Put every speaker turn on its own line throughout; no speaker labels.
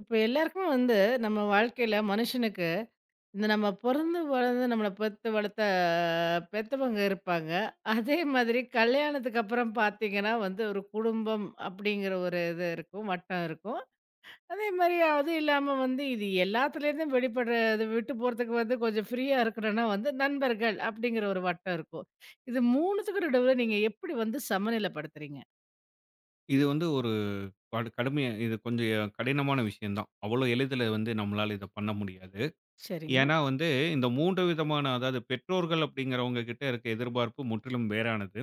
இப்ப எல்லாருக்குமே வந்து நம்ம வாழ்க்கையில மனுஷனுக்கு இந்த நம்ம பொறந்து வளர்ந்து நம்மள பெத்து வளர்த்த பெத்தவங்க இருப்பாங்க. அதே மாதிரி கல்யாணத்துக்கு அப்புறம் பாத்தீங்கன்னா வந்து ஒரு குடும்பம் அப்படிங்கிற ஒரு இது இருக்கும், வட்டம் இருக்கும். அதே மாதிரி அது இல்லாம வந்து இது எல்லாத்துலேருந்தும் வெளிப்படுறது விட்டு போறதுக்கு வந்து கொஞ்சம் ஃப்ரீயா இருக்கணும்னா வந்து நண்பர்கள் அப்படிங்கிற ஒரு வட்டம் இருக்கும். இது மூணுத்துக்கும் நடுவில் நீங்க எப்படி வந்து சமநிலைப்படுத்துறீங்க?
இது வந்து ஒரு கடுமையா இது கொஞ்சம் கடினமான விஷயம் தான். அவ்வளோ எளிதில வந்து நம்மளால இத பண்ண முடியாது.
சரிங்க.
ஏன்னா வந்து இந்த 3 விதமான அதாவது பெற்றோர்கள் அப்படிங்கிறவங்க கிட்ட இருக்க எதிர்பார்ப்பு முற்றிலும் வேறானது.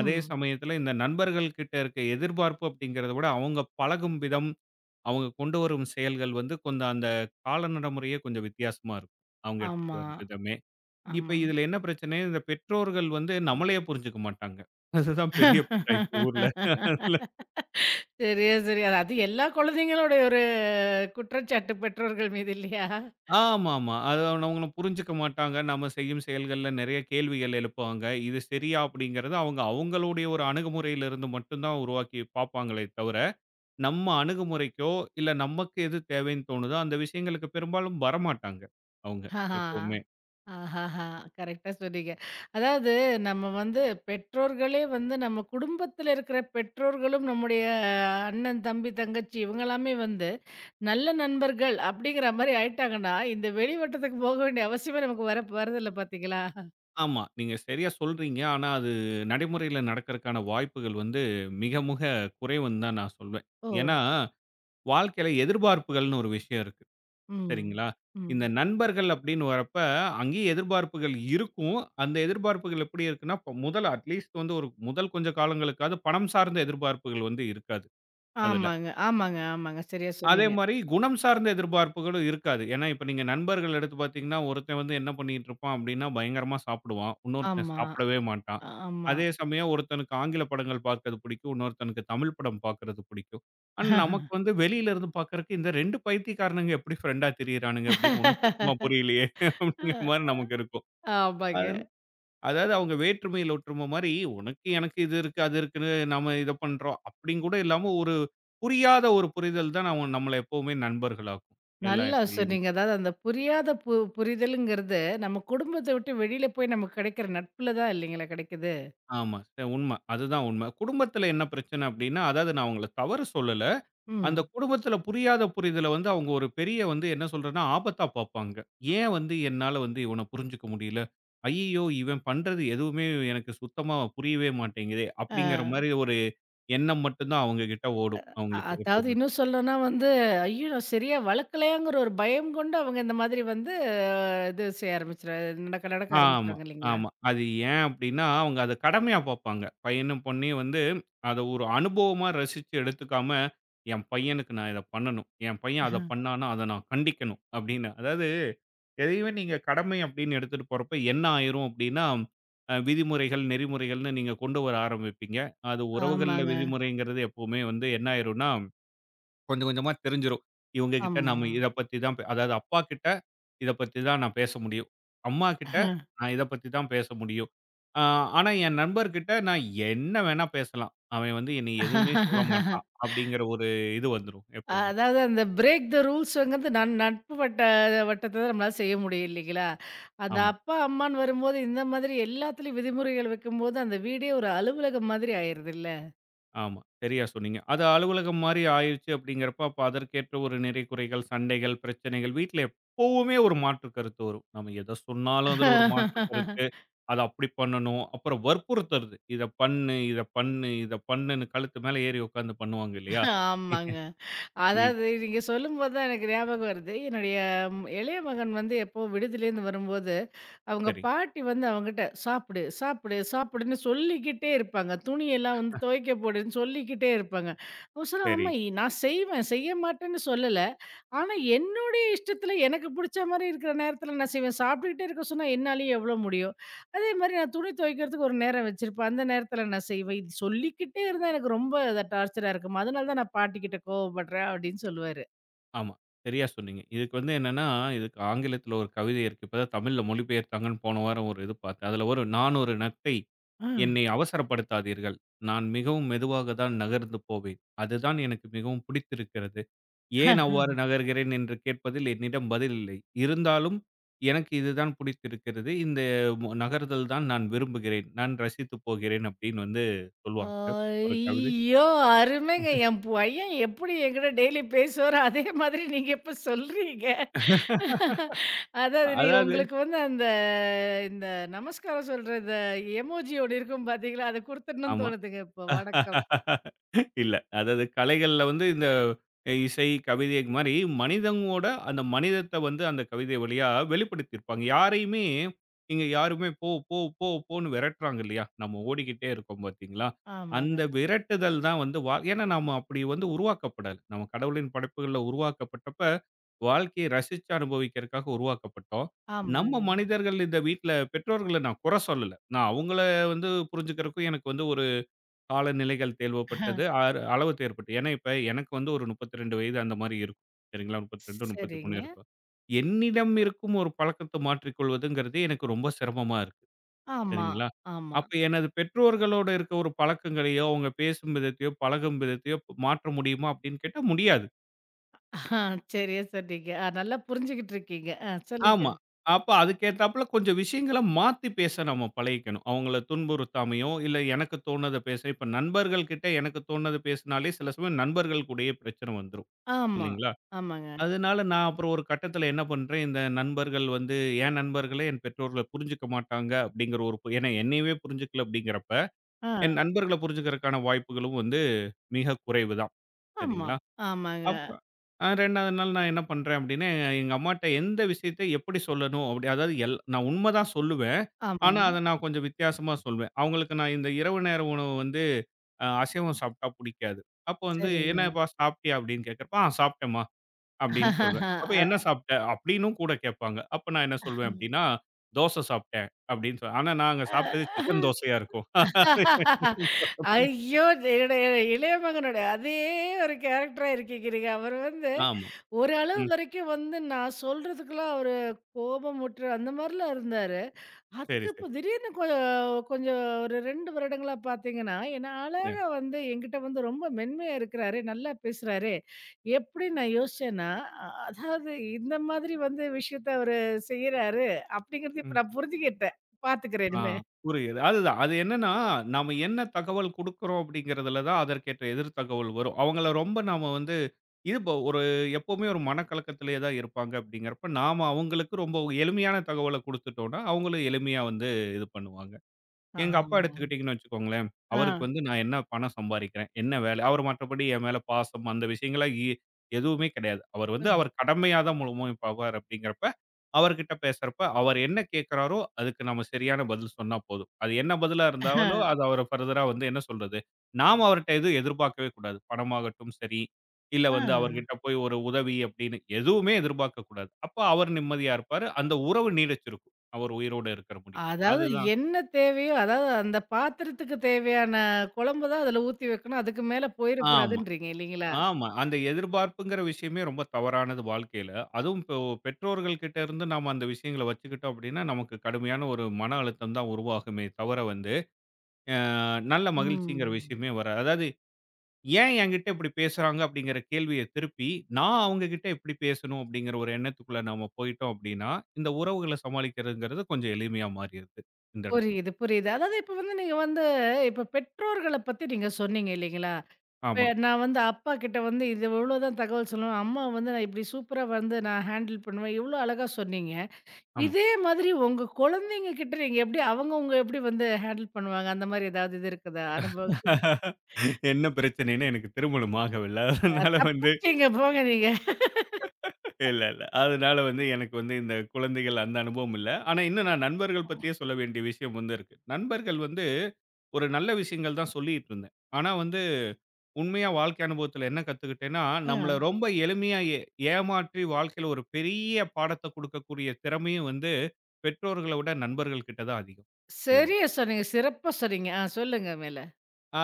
அதே
ம்.
சமயத்தில இந்த நண்பர்கள் கிட்ட இருக்க எதிர்பார்ப்பு அப்படிங்கிறத விட அவங்க பழகும் விதம், அவங்க கொண்டு வரும் செயல்கள் வந்து கொஞ்சம் அந்த கால நடைமுறையே கொஞ்சம் வித்தியாசமா இருக்கும். அவங்க எடுத்துட்டு
ஆமா,
வர விதமே. இப்ப
ஆமா.
இதுல என்ன பிரச்சனை, இந்த பெற்றோர்கள் வந்து நம்மளையே புரிஞ்சுக்க மாட்டாங்க. அதுதான் பெரிய பிரச்சனை இந்த ஊர்ல.
சரியா, சரியா. அது அது எல்லா குழந்தைங்களுடைய ஒரு குற்றச்சாட்டு பெற்றோர்கள் மீது இல்லையா?
ஆமாமா. அது அவங்க அவங்களும் புரிஞ்சுக்க மாட்டாங்க. நம்ம செய்யும் செயல்கள்ல நெறைய கேள்விகள் எழுப்புவாங்க. இது சரியா அப்படிங்கிறது அவங்க அவங்களுடைய ஒரு அணுகுமுறையிலிருந்து மட்டும் தான் உருவாக்கி பார்ப்பாங்களே தவிர, நம்ம அணுகுமுறைக்கோ, இல்ல நமக்கு எது தேவைன்னு தோணுதோ, அந்த விஷயங்களுக்கு பெரும்பாலும் வரமாட்டாங்க அவங்க
ஆஹா.
எப்பவுமே.
ஆஹஹா. கரெக்ட்டா சொன்னீங்க. அதாவது நம்ம வந்து பெற்றோர்களே வந்து நம்ம குடும்பத்தில இருக்கிற பெற்றோர்களும், நம்முடைய அண்ணன், தம்பி, தங்கச்சி இவங்கலாமே வந்து நல்ல நண்பர்கள் அப்படிங்கிற மாரி ஆயிட்டாங்கன்னா, இந்த வெளி வட்டத்துக்கு போக வேண்டிய அவசியமே நமக்கு வர வரதில்ல பார்த்தீங்களா?
ஆமா. நீங்க சரியா சொல்றீங்க. ஆனா அது நடைமுறையில நடக்கறக்கான வாய்ப்புகள் வந்து மிக மிக குறைவுன்னு தான் நான் சொல்வேன்.
ஓ!
ஏன்னா, வாழ்க்கையில எதிர்பார்ப்புகள்னு ஒரு விஷயம் இருக்கு.
ம்.
சரிங்களா?
ம்.
இந்த நண்பர்கள் அப்படின்னு வரப்ப, அங்கேயும் எதிர்பார்ப்புகள் இருக்கும். அந்த எதிர்பார்ப்புகள் எப்படி இருக்குன்னா, இப்ப முதல் அட்லீஸ்ட் வந்து ஒரு முதல் கொஞ்ச காலங்களுக்காவது பணம் சார்ந்த எதிர்பார்ப்புகள் வந்து இருக்காது, அதுல.
ஆமாங்க, ஆமாங்க, ஆமாங்க. சரியா
அதே
சொன்னீங்க.
மாரி குணம் சார்ந்த எதிர்பார்ப்புகளும் இருக்காது. ஏன்னா, இப்ப நீங்க நண்பர்கள் எடுத்து பார்த்தீங்கன்னா, ஒருத்தன் வந்து என்ன பண்ணிட்டு இருப்பான் அப்படின்னா, பயங்கரமா சாப்பிடுவான். இன்னொருத்தன்
ஆமா,
சாப்பிடவே மாட்டான்.
ஆமா.
அதே சமயம் ஒருத்தனுக்கு ஆங்கில படங்கள் பார்க்கறது பிடிக்கும். இன்னொருத்தனுக்கு தமிழ் படம் பார்க்கறது பிடிக்கும். ஆனா, நமக்கு வந்து வெளியில இருந்து பார்க்கறக்கு இந்த 2 பைத்தியக்காரனுங்க எப்படி ஃப்ரெண்டா திரியிறானுங்க அப்படின்னு ஒண்ணும் சுத்தமா புரியலையே அப்படிங்கிற
அ
மாரி நமக்கு இருக்கும்.
ஆமாங்க.
அதாவது அவங்க வேற்றுமையில் ஒற்றுமை மாரி, உனக்கு எனக்கு இது இருக்கு, அது இருக்குன்னு நம்ம இத பண்றோம். அப்படின்னு கூட இல்லாம ஒரு புரியாத ஒரு புரிதல் தான் நம்ம நம்மள எப்பவுமே நண்பர்களாக்கும். எல்லா
நல்லா
இடங்கள்லயுமே.
சொன்னீங்க. அதாவது அந்த புரியாத புரிதலுங்கிறது, நம்ம குடும்பத்த விட்டு வெளியில போய் நமக்கு கிடைக்கிற நட்புல தான் இல்லைங்களா கிடைக்குது.
ஆமா. உண்ம. அதுதான் உண்ம. குடும்பத்தில என்ன பிரச்சனை அப்படின்னா, அதாவது நான் உங்கள தவறு சொல்லல. அந்த
ம்.
குடும்பத்துல புரியாத புரிதல வந்து அவங்க ஒரு பெரிய வந்து என்ன சொல்றதுன்னா, ஆபத்தா பார்ப்பாங்க. ஏன் வந்து என்னால வந்து இவன புரிஞ்சுக்க முடியல? ஐய்யய்யோ! இவன் பண்றது எதுவுமே எனக்கு சுத்தமா புரியவே மாட்டேங்குதே! அப்படிங்கிற
அஹ்
மாரி ஒரு எண்ணம் மட்டும் தான் அவங்க கிட்ட ஓடும்.
அ
அவங்களுக்கு
அதாவது
எப்பவுமே.
இன்னும் சொல்லணும்னா வந்து, ஐயோ! நான் சரியா வளர்க்கலையாங்கிற ஒரு பயம் கொண்டு அவங்க இந்த மாதிரி வந்து இது செய்ய ஆரம்பிச்சுரு நடக்க நடக்க
ஆமா,
ஆரம்பிச்சுருவாங்க இல்லைங்களா?
ஆமா. அது ஏன் அப்படின்னா, அவங்க அத கடமையா பார்ப்பாங்க. பையனும், பொண்ணையும் வந்து அத ஒரு அனுபவமா ரசிச்சு எடுத்துக்காம, என் பையனுக்கு நான் இத பண்ணணும். என் பையன் அத பண்ணான்னா, அத நான் கண்டிக்கணும் அப்படின்னு. அதாவது எதையுமே நீங்க கடமை அப்படின்னு எடுத்துட்டு போறப்ப என்ன ஆயிரும் அப்படின்னா, விதிமுறைகள், நெறிமுறைகள்னு நீங்க கொண்டு வர ஆரம்பிப்பீங்க. அது உறவுகள்ல
ஆமாங்க.
விதிமுறைங்கிறது எப்பவுமே வந்து என்ன ஆயிரும்னா, கொஞ்சம் கொஞ்சமா தெரிஞ்சிரும். இவங்க கிட்ட
ஆமா.
நாம இத பத்தி தான் அதாவது அப்பா கிட்ட இத பத்தி தான் நான் பேச முடியும். அம்மா கிட்ட நான் இத பத்தி தான் பேச முடியும். அ ஆனா என் நண்பர்கிட்ட நான் என்ன வேணா பேசலாம். அவன் வந்து என்னைய எதுவுமே சொல்ல மாட்டான். அப்படிங்கிற ஒரு இது வந்துரும்
அ
எப்பவுமே.
அதாவது அந்த பிரேக் த ரூல்ஸ்ங்கிறது நட்பு வட்டத்த தான் நம்மளால செய்ய முடியும் இல்லைங்களா? அந்த
ஆமா.
அப்பா, அம்மான்னு வரும்போது இந்த மாதிரி எல்லாத்துலயும் விதிமுறைகள் வைக்கும்போது, அந்த வீடே ஒரு அலுவலகம் மாதிரி ஆயிருதுல்ல.
ஆமா. சரியா சொன்னீங்க. அது அலுவலகம் மாரி ஆயிருச்சு அப்படிங்கிறப்ப, அப்ப அதற்கேற்ற ஒரு நிறை, குறைகள், சண்டைகள், பிரச்சனைகள் வீட்ல எப்பவுமே ஒரு மாற்று கருத்து வரும். நம்ம எத சொன்னாலும் அதுல ஒரு மாற்று கருத்து. அத அப்படி பண்ணணும். அப்புறம் வற்புறுத்துறது. இத பண்ணு, இத பண்ணு, இத பண்ணுன்னு கழுத்து மேல ஏறி உட்காந்து பண்ணுவாங்க இல்லையா?
ஆமாங்க.
இது
அதாவது நீங்க சொல்லும்போது தான் எனக்கு ஞாபகம் வருது. என்னுடைய இளைய மகன் வந்து எப்போ விடுதியிலேருந்து வரும்போது, அவங்க
சரி,
பாட்டி வந்து அவங்கிட்ட "சாப்பிடு, சாப்பிடு, சாப்பிடுன்னு" சொல்லிக்கிட்டே இருப்பாங்க. துணியெல்லாம் வந்து துவைக்க போடுன்னு சொல்லிக்கிட்டே இருப்பாங்க. அவன் சொல்லுவான்,
சரி.
"அம்மா நான் செய்வேன், செய்ய மாட்டேன்னு சொல்லல. ஆனா, என்னுடைய இஷ்டத்துல எனக்கு புடிச்ச மாரி இருக்கிற நேரத்துல நான் செய்வேன். சாப்பிட்டுக்கிட்டே இருக்க சொன்னா என்னாலேயே எவ்வளோ முடியும்? அதே மாரி நான் துணி துவைக்கிறதுக்கு ஒரு நேரம் வச்சிருப்பேன். அந்த நேரத்துல நான் செய்வேன். இது சொல்லிக்கிட்டே இருந்தா எனக்கு ரொம்ப அத டார்ச்சரா இருக்குமா. அதனால தான் நான் பாட்டிக்கிட்ட கோவப்படுறேன் அப்படின்னு சொல்லுவாரு.
ஆமா. சரியா சொன்னீங்க. இதுக்கு வந்து என்னன்னா, இதுக்கு ஆங்கிலத்தில ஒரு கவிதை இருக்கு. இப்பதான் தமிழ்ல மொழிபெயர்த்தாங்கன்னு போன வாரம் ஒரு இது பார்த்தேன். அதில வரும், "நான் ஒரு நத்தை.
ஆ.
என்னை அவசரப்படுத்தாதீர்கள். நான் மிகவும் மெதுவாக தான் நகர்ந்து போவேன். அதுதான் எனக்கு மிகவும் பிடித்திருக்கிறது. ஏன் அவ்வாறு நகர்கிறேன் என்று கேட்பதில் என்னிடம் பதில் இல்லை. இருந்தாலும் எனக்கு இதுதான் பிடித்திருக்கிறது. இந்த நகர்தல் தான் நான் விரும்புகிறேன். நான் ரசித்து போகிறேன்." அப்படின்னு வந்து சொல்லுவாங்க. ஒரு கவிதை.
ஐயோ! அருமைங்க. என் பையன் எப்படி என்கிட்ட டெய்லி பேசுவாரோ, அதே மாதிரி நீங்க இப்ப சொல்றீங்க. அதாவது நீ
அதாவது
உங்களுக்கு வந்து அந்த இந்த நமஸ்காரம் சொல்ற இந்த எமோஜி ஒண்ணு இருக்கும் பாத்தீங்களா? அத குடுத்துடணும்னு
ஆமா.
தோணுதுங்க இப்போ. வணக்கம்.
இல்ல. அதாவது கலைகள்ல வந்து இந்த இசை, கவிதை மாரி மனிதனோட அந்த மனிதத்த வந்து அந்த கவிதை வழியா வெளிப்படுத்தியிருப்பாங்க. யாரையுமே இங்க யாருமே போ, போ, போ, போன்னு விரட்டுறாங்க இல்லையா? நம்ம ஓடிக்கிட்டே இருக்கோம் பார்த்தீங்களா?
ஆமாங்க,
அந்த விரட்டுதல் தான் வந்து வா ஏன்னா நாம அப்படி வந்து உருவாக்கப்படல. நம்ம கடவுளின் படைப்புகள்ல உருவாக்கப்பட்டப்ப, வாழ்க்கைய ரசிச்சு அனுபவிக்கிறதுக்காக உருவாக்கப்பட்டோம். நம்ம
ஆமாங்க.
மனிதர்கள் இந்த வீட்ல பெற்றோர்கள நான் குறை சொல்லல. நான் அவங்கள வந்து புரிஞ்சுக்கிறதுக்கும் எனக்கு வந்து ஒரு காலநிலைகள்
அஹ்,
தேர்வுப்பட்டது. ஆறு அளவு தேர்வுப்பட்டு. ஏன்னா, இப்ப எனக்கு வந்து ஒரு 32 வயது அந்த மாரி இருக்கும். சரிங்களா? 32, 33
சரிங்க.
இருக்கும். என்னிடம் இருக்கும் ஒரு பழக்கத்த மாற்றிக் கொள்வதுங்கிறது எனக்கு ரொம்ப சிரமமா இருக்கு.
ஆமா,
சரிங்களா?
ஆமா.
அப்ப எனது பெற்றோர்களோட இருக்க ஒரு பழக்கங்களையோ, அவங்க பேசும் விதத்தையோ, பழகும் விதத்தையோ மாற்ற முடியுமா? அப்படின்னு கேட்டா முடியாது.
சரியா சொன்னீங்க. அ நல்லா புரிஞ்சுகிட்டு இருக்கீங்க. அ சொல்லுங்க.
ஆமா. அப்ப அதுக்கேத்தாப்ல கொஞ்சம் விஷயங்கள மாத்தி பேச நம்ம பழகிக்கணும். அவங்கள துன்புறுத்தாமயோ, இல்ல எனக்கு தோணுத பேச இப்ப நண்பர்கள் கிட்ட எனக்கு தோணுத பேசினாலே சில சமயம் நண்பர்கள் கூடயே பிரச்சனை வந்துரும்.
ஆமா,
இல்லைங்களா?
ஆமாங்க.
அதனால நான் அப்புறம் ஒரு கட்டத்தில என்ன பண்றேன், இந்த நண்பர்கள் வந்து என் நண்பர்களே என் பெற்றோர்கள புரிஞ்சுக்க மாட்டாங்க அப்படிங்கிற ஒரு ஏன்னா என்னையவே புரிஞ்சுக்கல அப்படிங்கிறப்ப,
ஆ,
என் நண்பர்கள புரிஞ்சுக்கிறதுக்கான வாய்ப்புகளும் வந்து மிக குறைவு தான்.
ஆமா,
சரிங்களா?
ஆமாங்க,
அப்புறம் 2வது நாள் நான் என்ன பண்றேன் அப்டின்னா, எங்க அம்மாட்ட எந்த விஷயத்த எப்படி சொல்லணும் அப்டி அதாவது நான் உண்ம தான் சொல்லுவேன். ஆனா,
ஆமாங்க.
அத நான் கொஞ்சம் வித்தியாசமா சொல்வேன். அவங்களுக்கு நான் இந்த இரவு நேர உணவு வந்து அசைவம் சாப்ட்டா புடிக்காது. அப்போ வந்து
சரிங்க.
"என்னப்பா சாப்ட்டியா?" அப்டின்னு கேட்கிறப்ப, "ஆ சாப்ட்டேன்ம்மா" அப்டின்னு சொல்வேன். அப்ப "என்ன
சரிங்க.
சாப்ட்ட?" அப்டின்னும் கூட கேட்பாங்க. அப்ப நான் என்ன சொல்வேன் அப்டின்னா, "தோசை சாப்ட்டேன்" அப்டின்னு ஆனா நாங்க சாப்ட்டது
அ
சிக்கன் தோசையா இருக்கும்.
ஐயோ! என்னுடைய இளைய மகனுடைய அதே ஒரு கேரக்டரா இருக்கீங்க நீங்க. அவர் வந்து
ஆமா.
ஒரு அளவு
ம்.
வரைக்கும் வந்து நான் சொல்றதுக்கெல்லாம் அவரு கோபமுற்று அந்த மாரிலாம் இருந்தாரு.
சரி,
அதுக்கு
சரி.
இப்போ திடீர்னு கொஞ்சம் ஒரு 2 வருடங்களா பார்த்தீங்கன்னா, என்ன
அ.
அழகா வந்து என்கிட்ட வந்து ரொம்ப மென்மையா இருக்கிறாரே! நல்லா பேசுறாரே! எப்படி நான் யோசிச்சேன்னா, அ அதாவது இந்த மாதிரி வந்து விஷயத்த அவரு செய்றாரு அப்படிங்கிறது இப்ப
ம்.
நான் புரிஞ்சுக்கிட்டேன். பார்த்துக்கிறேன்
ஆ
இனிமே.
புரியுது. அதுதான். அது என்னன்னா, நாம என்ன தகவல் குடுக்குறோம் அப்படிங்கிறதுல தான் அதற்கேற்ற எதிர் தகவல் வரும். அவங்கள ரொம்ப நாம வந்து இது ஒரு எப்பவுமே ஒரு மனக்கலக்கத்திலேயே தான் இருப்பாங்க அப்படிங்கிறப்ப, நாம அவங்களுக்கு ரொம்ப எளிமையான தகவல குடுத்துட்டோம்னா, அவங்களும் எளிமையா வந்து இது பண்ணுவாங்க. எங்க அப்பா
ஆமா.
எடுத்துக்கிட்டீங்கன்னு வச்சுக்கோங்களேன், அவருக்கு வந்து நான் என்ன பணம் சம்பாரிக்கிறேன், என்ன வேலை அவர் மற்றபடி என் மேல பாசம் அந்த விஷயங்கள்லாம் எதுவுமே கிடையாது. அவர்
ஆ.
வந்து அவர் கடமையா தான் முழுமையும் பார்ப்பார் அப்படிங்கிறப்ப, அவர்கிட்ட பேசுறப்ப அவர் என்ன கேட்கிறாரோ அதுக்கு நம்ம சரியான பதில் சொன்னா போதும். அது என்ன பதிலா
அஹ,
இருந்தாலும் அது அவர ஃபர்தரா வந்து என்ன சொல்றது, நாம அவர்ட்ட எதுவும் எதிர்பார்க்கவே கூடாது. பணமாகட்டும் சரி, இல்ல
ஆ.
வந்து அவர்கிட்ட போய் ஒரு உதவி அப்படின்னு எதுவுமே எதிர்பார்க்கக் கூடாது. அப்ப அவர் நிம்மதியா இருப்பாரு. அந்த உறவு நீடிச்சிருக்கும். அவர் உயிரோட இருக்கிற முடியும்.
அதாவது
அதுதான்.
என்ன தேவையோ, அதாவது அந்த பாத்திரத்துக்கு தேவையான குழம்பு தான் அதுல ஊத்தி வைக்கணும். அதுக்கு மேல
ஆமா.
போயிறக்கூடாதுன்றீங்க இல்லைங்களா?
ஆமா. அந்த எதிர்பார்ப்புங்கிற விஷயமே ரொம்ப தவறானது வாழ்க்கையில. அதுவும் இப்போ பெற்றோர்கள் கிட்ட இருந்து நாம அந்த விஷயங்கள வச்சுக்கிட்டோம் அப்படின்னா, நமக்கு கடுமையான ஒரு மன அழுத்தம் தான் உருவாகுமே தவிர வந்து, அ நல்ல மகிழ்ச்சிங்கிற
ம்.
விஷயமே வராது. அதாவது ஏன் என்கிட்ட இப்படி பேசுறாங்க அப்படிங்கிற கேள்விய திருப்பி, நான் அவங்ககிட்ட எப்படி பேசணும் அப்படிங்கிற ஒரு எண்ணத்துக்குள்ள நாம போயிட்டோம் அப்படின்னா, இந்த உறவுகள சமாளிக்கிறதுங்கிறது கொஞ்சம் எளிமையா மாறிருது இந்த இடத்துல.
புரியுது, புரியுது. அதாவது இப்ப வந்து நீங்க வந்து இப்ப பெற்றோர்கள பத்தி நீங்க சொன்னீங்க இல்லைங்களா? இப்ப
ஆமா,
நான் வந்து அப்பா கிட்ட வந்து இது இவ்வளோதான் தகவல் சொல்லுவேன். அம்மா வந்து நான் இப்படி சூப்பரா வந்து நான் ஹேண்டில் பண்ணுவேன். இவ்வளோ அழகா சொன்னீங்க.
ஆமா.
இதே மாதிரி உங்க குழந்தைங்க கிட்ட நீங்க எப்படி அவங்க உங்க எப்படி வந்து ஹேண்டில் பண்ணுவாங்க? அந்த மாரி ஏதாவது இது இருக்குதா? அனுபவம்?
என்ன பிரச்சனைன்னு எனக்கு திருமணம் ஆகவில்ல. அதனால வந்து
தப்பிச்சீங்க போங்க நீங்க.
இல்ல, இல்ல. அதனால வந்து எனக்கு வந்து இந்த குழந்தைகள் அந்த அனுபவம் இல்ல. ஆனா இன்னும் நான் நண்பர்கள் பத்தியே சொல்ல வேண்டிய விஷயம் வந்து இருக்கு. நண்பர்கள் வந்து ஒரு நல்ல விஷயங்கள் தான் சொல்லிட்டு இருந்தேன். ஆனா வந்து உண்மையா வாழ்க்கை அனுபவத்துல என்ன கத்துக்கிட்டேன்னா, நம்மள ரொம்ப எளிமையா ஏமாற்றி வாழ்க்கையில ஒரு பெரிய பாடத்த குடுக்கக்கூடிய திறமையும் வந்து பெற்றோர்கள விட நண்பர்கள் கிட்ட தான் அதிகம், இதுல.
சரியா சொன்னீங்க. சிறப்பா சொன்னீங்க. ஆ சொல்லுங்க மேல.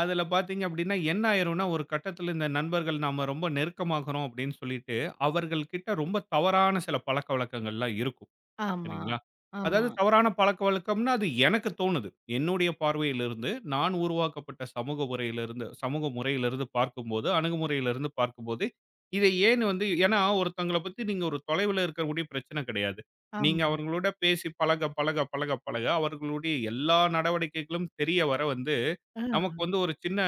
அதுல பாத்தீங்க அப்படின்னா, என்ன ஆயிரும்னா, ஒரு கட்டத்துல இந்த நண்பர்கள் நாம ரொம்ப நெருக்கமாகுறோம் அப்படின்னு சொல்லிட்டு, அவர்கள் கிட்ட ரொம்ப தவறான சில பழக்கவழக்கங்கள்லாம் இருக்கும்.
ஆமா,
சரிங்களா? அதாவது
ஆமா,
தவறான பழக்கவழக்கம்னா, அது எனக்கு தோணுது. என்னுடைய பார்வையிலிருந்து, நான் உருவாக்கப்பட்ட சமூக உரையிலிருந்து சமூக முறையிலிருந்து பார்க்கும்போது, அணுகுமுறையிலிருந்து பார்க்கும்போது, இதை ஏன் வந்து ஏன்னா ஒருத்தங்கள பத்தி நீங்க ஒரு தொலைவில இருக்கக்கூடிய பிரச்சனை கிடையாது. நீங்க
ஆமா.
அவர்களோட பேசி பழக, பழக, பழக, பழக அவர்களுடைய எல்லா நடவடிக்கைகளும் தெரிய வர வந்து
ஆ,
நமக்கு வந்து ஒரு சின்ன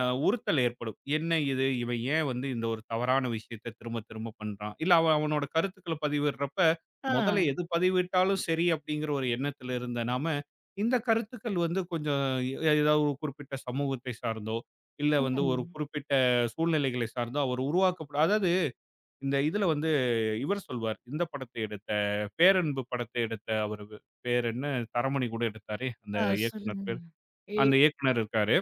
அ உறுத்தல் ஏற்படும். என்ன இது? இவன் ஏன் வந்து இந்த ஒரு தவறான விஷயத்த திரும்ப திரும்ப பண்றான்? இல்ல அவன் அவனோட கருத்துக்கள பதிவிடுறப்ப,
ஆ,
முதல்ல எது பதிவிட்டாலும் சரி அப்படிங்கிற ஒரு எண்ணத்துல இருந்த நாம, இந்த கருத்துக்கள் வந்து கொஞ்சம் எ ஏதாவது ஒரு குறிப்பிட்ட சமூகத்தை சார்ந்தோ, இல்ல வந்து ஒரு
ம்.
குறிப்பிட்ட சூழ்நிலைகளை சார்ந்தோ அவர் உருவாக்கப்பட அதாவது இந்த இதுல வந்து இவர் சொல்வார். இந்த படத்தை எடுத்த பேரன்பு படத்தை எடுத்த அவரு பேர் என்ன? தரமணி கூட எடுத்தாரே! அந்த
ஆ
இயக்குனர்
சொல்லுங்க.
பேர்.
இ
அந்த இயக்குனர் இருக்காரு.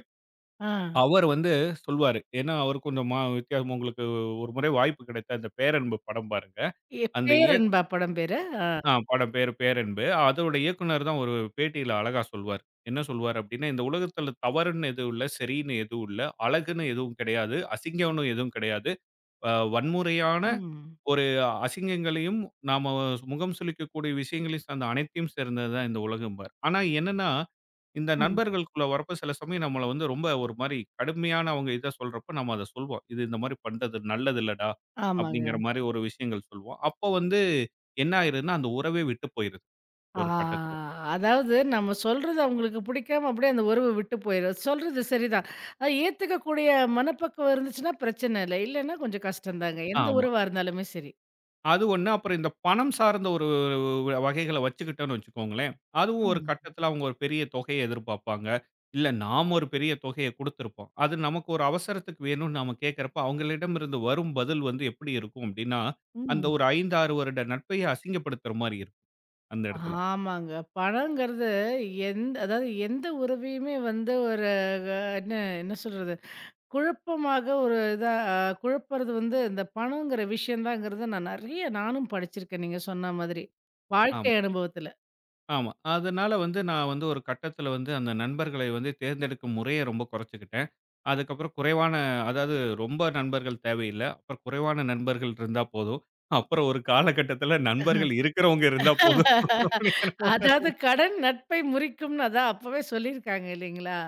ஆ.
அவர் வந்து சொல்வாரு. ஏன்னா, அவர் கொஞ்சம் வித்தியாசம் உங்களுக்கு ஒரு முறை வாய்ப்பு கிடைத்த அந்த பேரன்பு படம் பாருங்க.
எ
அந்த இயக்
பேரன்பா படம் பேரு? ஆ.
ஆ படம் பேரு பேரன்பு. அதோட இயக்குனர் தான் ஒரு பேட்டியில அழகா சொல்வாரு. என்ன சொல்வாரு அப்டின்னா, "இந்த உலகத்தில தவறுன்னு எதுவும் இல்ல, சரின்னு எதுவும் இல்ல, அழகுன்னு எதுவும் கிடையாது, அசிங்கம்னு எதுவும் கிடையாது. வன்முறையான
ம்,
ஒரு அசிங்கங்களையும் நாம முகம் சுளிக்கக்கூடிய விஷயங்களையும் சார்ந்த அனைத்தையும் சேர்ந்தது தான் இந்த உலகம்பாரு." ஆனா என்னன்னா இந்த
ம்.
நண்பர்களுக்குள்ள வரப்ப சில சமயம் நம்மள வந்து ரொம்ப ஒரு மாரி கடுமையான அவங்க இத சொல்றப்ப நம்ம அத சொல்வோம். "இது இந்த மாரி பண்றது நல்லது இல்லடா"
ஆமாங்க.
அப்படிங்கிற மாரி ஒரு விஷயங்கள் சொல்வோம். அப்போ வந்து என்ன ஆயிருதுன்னா, அந்த உறவே விட்டு போயிருது
ஆ
ஒரு கட்டத்துல.
அதாவது நம்ம சொல்றது அவங்களுக்கு பிடிக்காம அப்படியே அந்த உறவு விட்டு போயிரும். சொல்றது சரிதான். அ ஏத்துக்கக்கூடிய மனப்பக்குவம் இருந்துச்சுன்னா பிரச்சனை இல்ல. இல்லன்னா கொஞ்சம் கஷ்டம் தாங்க. எந்த
ஆமா.
உறவா இருந்தாலுமே சரி.
அது ஒண்ணு. அப்புறம் இந்த பணம் சார்ந்த ஒரு வகைகள வச்சுக்கிட்டோம்னு வச்சுக்கோங்களேன், அதுவும் ஒரு
ம்,
கட்டத்தில அவங்க ஒரு பெரிய தொகைய எதிர்பார்ப்பாங்க. இல்ல நாம ஒரு பெரிய தொகைய குடுத்திருப்போம். அது நமக்கு ஒரு அவசரத்துக்கு வேணும்னு நாம கேட்கிறப்ப, அவங்களிடமிருந்து வரும் பதில் வந்து எப்படி இருக்கும் அப்படின்னா, அந்த
ம்.
ஒரு 5, 6 வருட நட்பையே அசிங்கப்படுத்துற மாரி இருக்கும் அந்த இடத்துல.
ஆமாங்க. பணங்கிறது எந்த அதாவது எந்த உறவையுமே வந்து ஒரு அ என்ன என்ன சொல்றது? குழப்பமாக ஒரு இதா அ குழப்புறது வந்து இந்த பணங்கிற விஷயம் தாங்கிறத நான் நெறைய நானும் படிச்சிருக்கேன் நீங்க சொன்ன மாதிரி.
ஆமா.
வாழ்க்கை அனுபவத்துல.
ஆமா. அதனால வந்து நான் வந்து ஒரு கட்டத்தில வந்து அந்த நண்பர்களை வந்து தேர்ந்தெடுக்கும் முறைய ரொம்ப குறைச்சுக்கிட்டேன். அதுக்கப்புறம் குறைவான அதாவது ரொம்ப நண்பர்கள் தேவையில்ல. அப்புறம் குறைவான நண்பர்கள் இருந்தா போதும். அப்புறம் ஒரு காலகட்டத்தில நண்பர்கள் இருக்கிறவங்க இருந்தா போதும்.
அதாவது கடன் நட்பை முறிக்கும்னு அதான் அப்பவே சொல்லியிருக்காங்க இல்லைங்களா?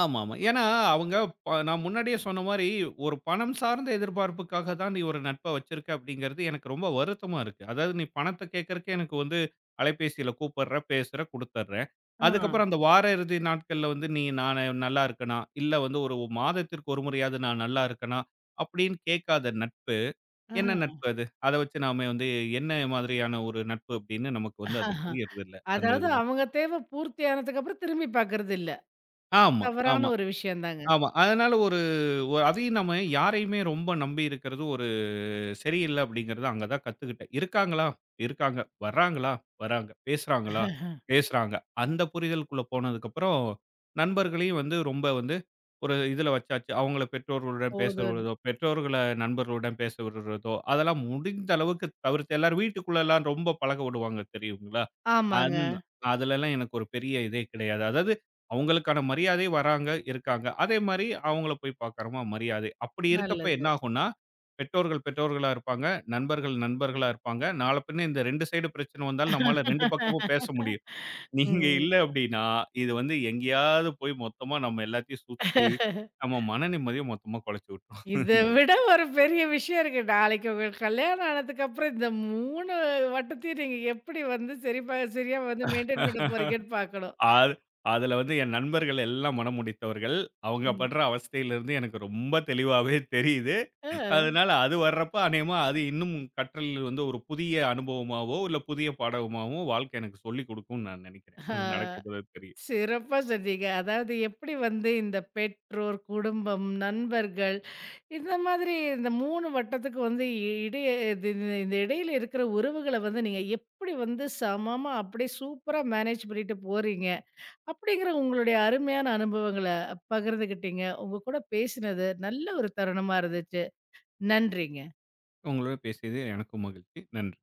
ஆமாமா. ஏன்னா, அவங்க நான் முன்னாடியே சொன்ன மாரி, ஒரு பணம் சார்ந்த எதிர்பார்ப்புக்காக தான் நீ ஒரு நட்ப வச்சிருக்க அப்படிங்கிறது எனக்கு ரொம்ப வருத்தமா இருக்கு. அதாவது நீ பணத்த கேட்கறக்கே எனக்கு வந்து அலைபேசியில கூப்பிடுற, பேசுற, குடுத்துடுறேன்.
ஆ,
அதுக்கப்புறம் அந்த வார இறுதி நாட்கள்ல வந்து நீ நான் நல்லா இருக்கனா, இல்ல வந்து ஒரு மாதத்திற்கு ஒரு முறையாவது நான் நல்லா இருக்கனா, அப்படின்னு கேட்காத நட்பு,
ஆ.
என்ன நட்பு அது? அத வச்சு நாம வந்து என்ன மாதிரியான ஒரு நட்பு அப்படின்னு நமக்கு வந்து அது புரியறதில்ல, அந்த
அதாவது
இதுல.
அவங்க தேவை பூர்த்தி ஆனதுக்கு அப்புறம் திரும்பி பார்க்கறது இல்ல.
ஆமா,
தவறான
ஆமா.
ஒரு விஷயம் தாங்க.
ஆமா. அதனால ஒரு ஒரு- அதையும் நம்ம யாரையுமே ரொம்ப நம்பி இருக்கிறது, சரியில்ல அப்படிங்கிறத அங்க தான் கத்துக்கிட்டேன். இருக்காங்களா? இருக்காங்க. வர்றாங்களா? வர்றாங்க. பேசுறாங்களா? பேசுறாங்க. அந்த புரிதலுக்குள்ள போனதுக்கப்புறம், நண்பர்களையும் வந்து ரொம்ப வந்து ஒரு இதுல வச்சாச்சு. அவங்கள பெற்றோர்களுடன் பேச
போதும்
விடுறதோ, பெற்றோர்கள நண்பர்களுடன் பேச விடுறதோ, அதெல்லாம் முடிந்த அளவுக்கு தவிர்த்து எல்லாரும் வீட்டுக்குள்ளலாம் ரொம்ப பழக விடுவாங்க தெரியுங்களா?
ஆமாங்க.
அந்த அதுலலாம் எனக்கு ஒரு பெரிய இதே கிடையாது. அதாவது அவங்களுக்கான மரியாதை வர்றாங்க, இருக்காங்க. அதே மாரி அவங்கள போய் பார்க்குறோமா மரியாதை. அப்படி இருக்கப்ப என்ன
நல்லது.
ஆகும்னா பெற்றோர்கள் பெற்றோர்களா இருப்பாங்க. நண்பர்கள் நண்பர்களா இருப்பாங்க. நாள பின்ன இந்த 2 சைடு பிரச்சனை வந்தாலும் நம்மால 2 பக்கமும் பேச முடியும். நீங்க
ம்.
இல்ல அப்டின்னா, இது வந்து எங்கேயாவது போய் மொத்தமா நம்ம எல்லாத்தையும் சுத்தி, நம்ம மன நிம்மதிய மொத்தமா கொலைச்சு விட்டுரும்.
இத
இந்த இது.
விட ஒரு பெரிய விஷயம் இருக்கு. நாளைக்கு உங்களுக்கு கல்யாணம் ஆனதுக்கப்புறம் இந்த 3 வட்டத்தையும் நீங்க எப்படி வந்து சரியா வந்து மெயின்டெயின் பண்ண போறீங்கன்னு பார்க்கணும்.
அது அதுல வந்து என் நண்பர்கள் எல்லாம் மனமுடித்தவர்கள். அவங்க
ம்.
படுற அவஸ்தையிலிருந்து எனக்கு ரொம்ப தெளிவாவே தெரியுது.
அ
அதனால அது வர்றப்ப அநேகமா அது இன்னும் கற்றல் வந்து ஒரு புதிய அனுபவமாவோ, இல்ல புதிய பாடமாவோ வாழ்க்கை எனக்கு சொல்லிக் குடுக்கும்னு நான் நெனைக்கிறேன். அது
ஆ
நடக்கும்போது தெரியும்.
சிறப்பா சொன்னீங்க. அதாவது எப்படி வந்து இந்த பெற்றோர், குடும்பம், நண்பர்கள் இந்த மாதிரி இந்த 3 வட்டத்துக்கு வந்து இ இடைய இது இது- இந்த இடையில இருக்கிற உறவுகள வந்து நீங்க எப்படி வந்து சமமா அப்படியே சூப்பரா மேனேஜ் பண்ணிட்டு போறீங்க? அப்படிங்கிற உங்களுடைய அருமையான அனுபவங்கள பகிர்ந்துகிட்டீங்க. உங்க கூட பேசினது நல்ல ஒரு தருணமா இருந்துச்சு. நன்றிங்க.
உங்களோட பேசியது எனக்கும் மகிழ்ச்சி. நன்றி.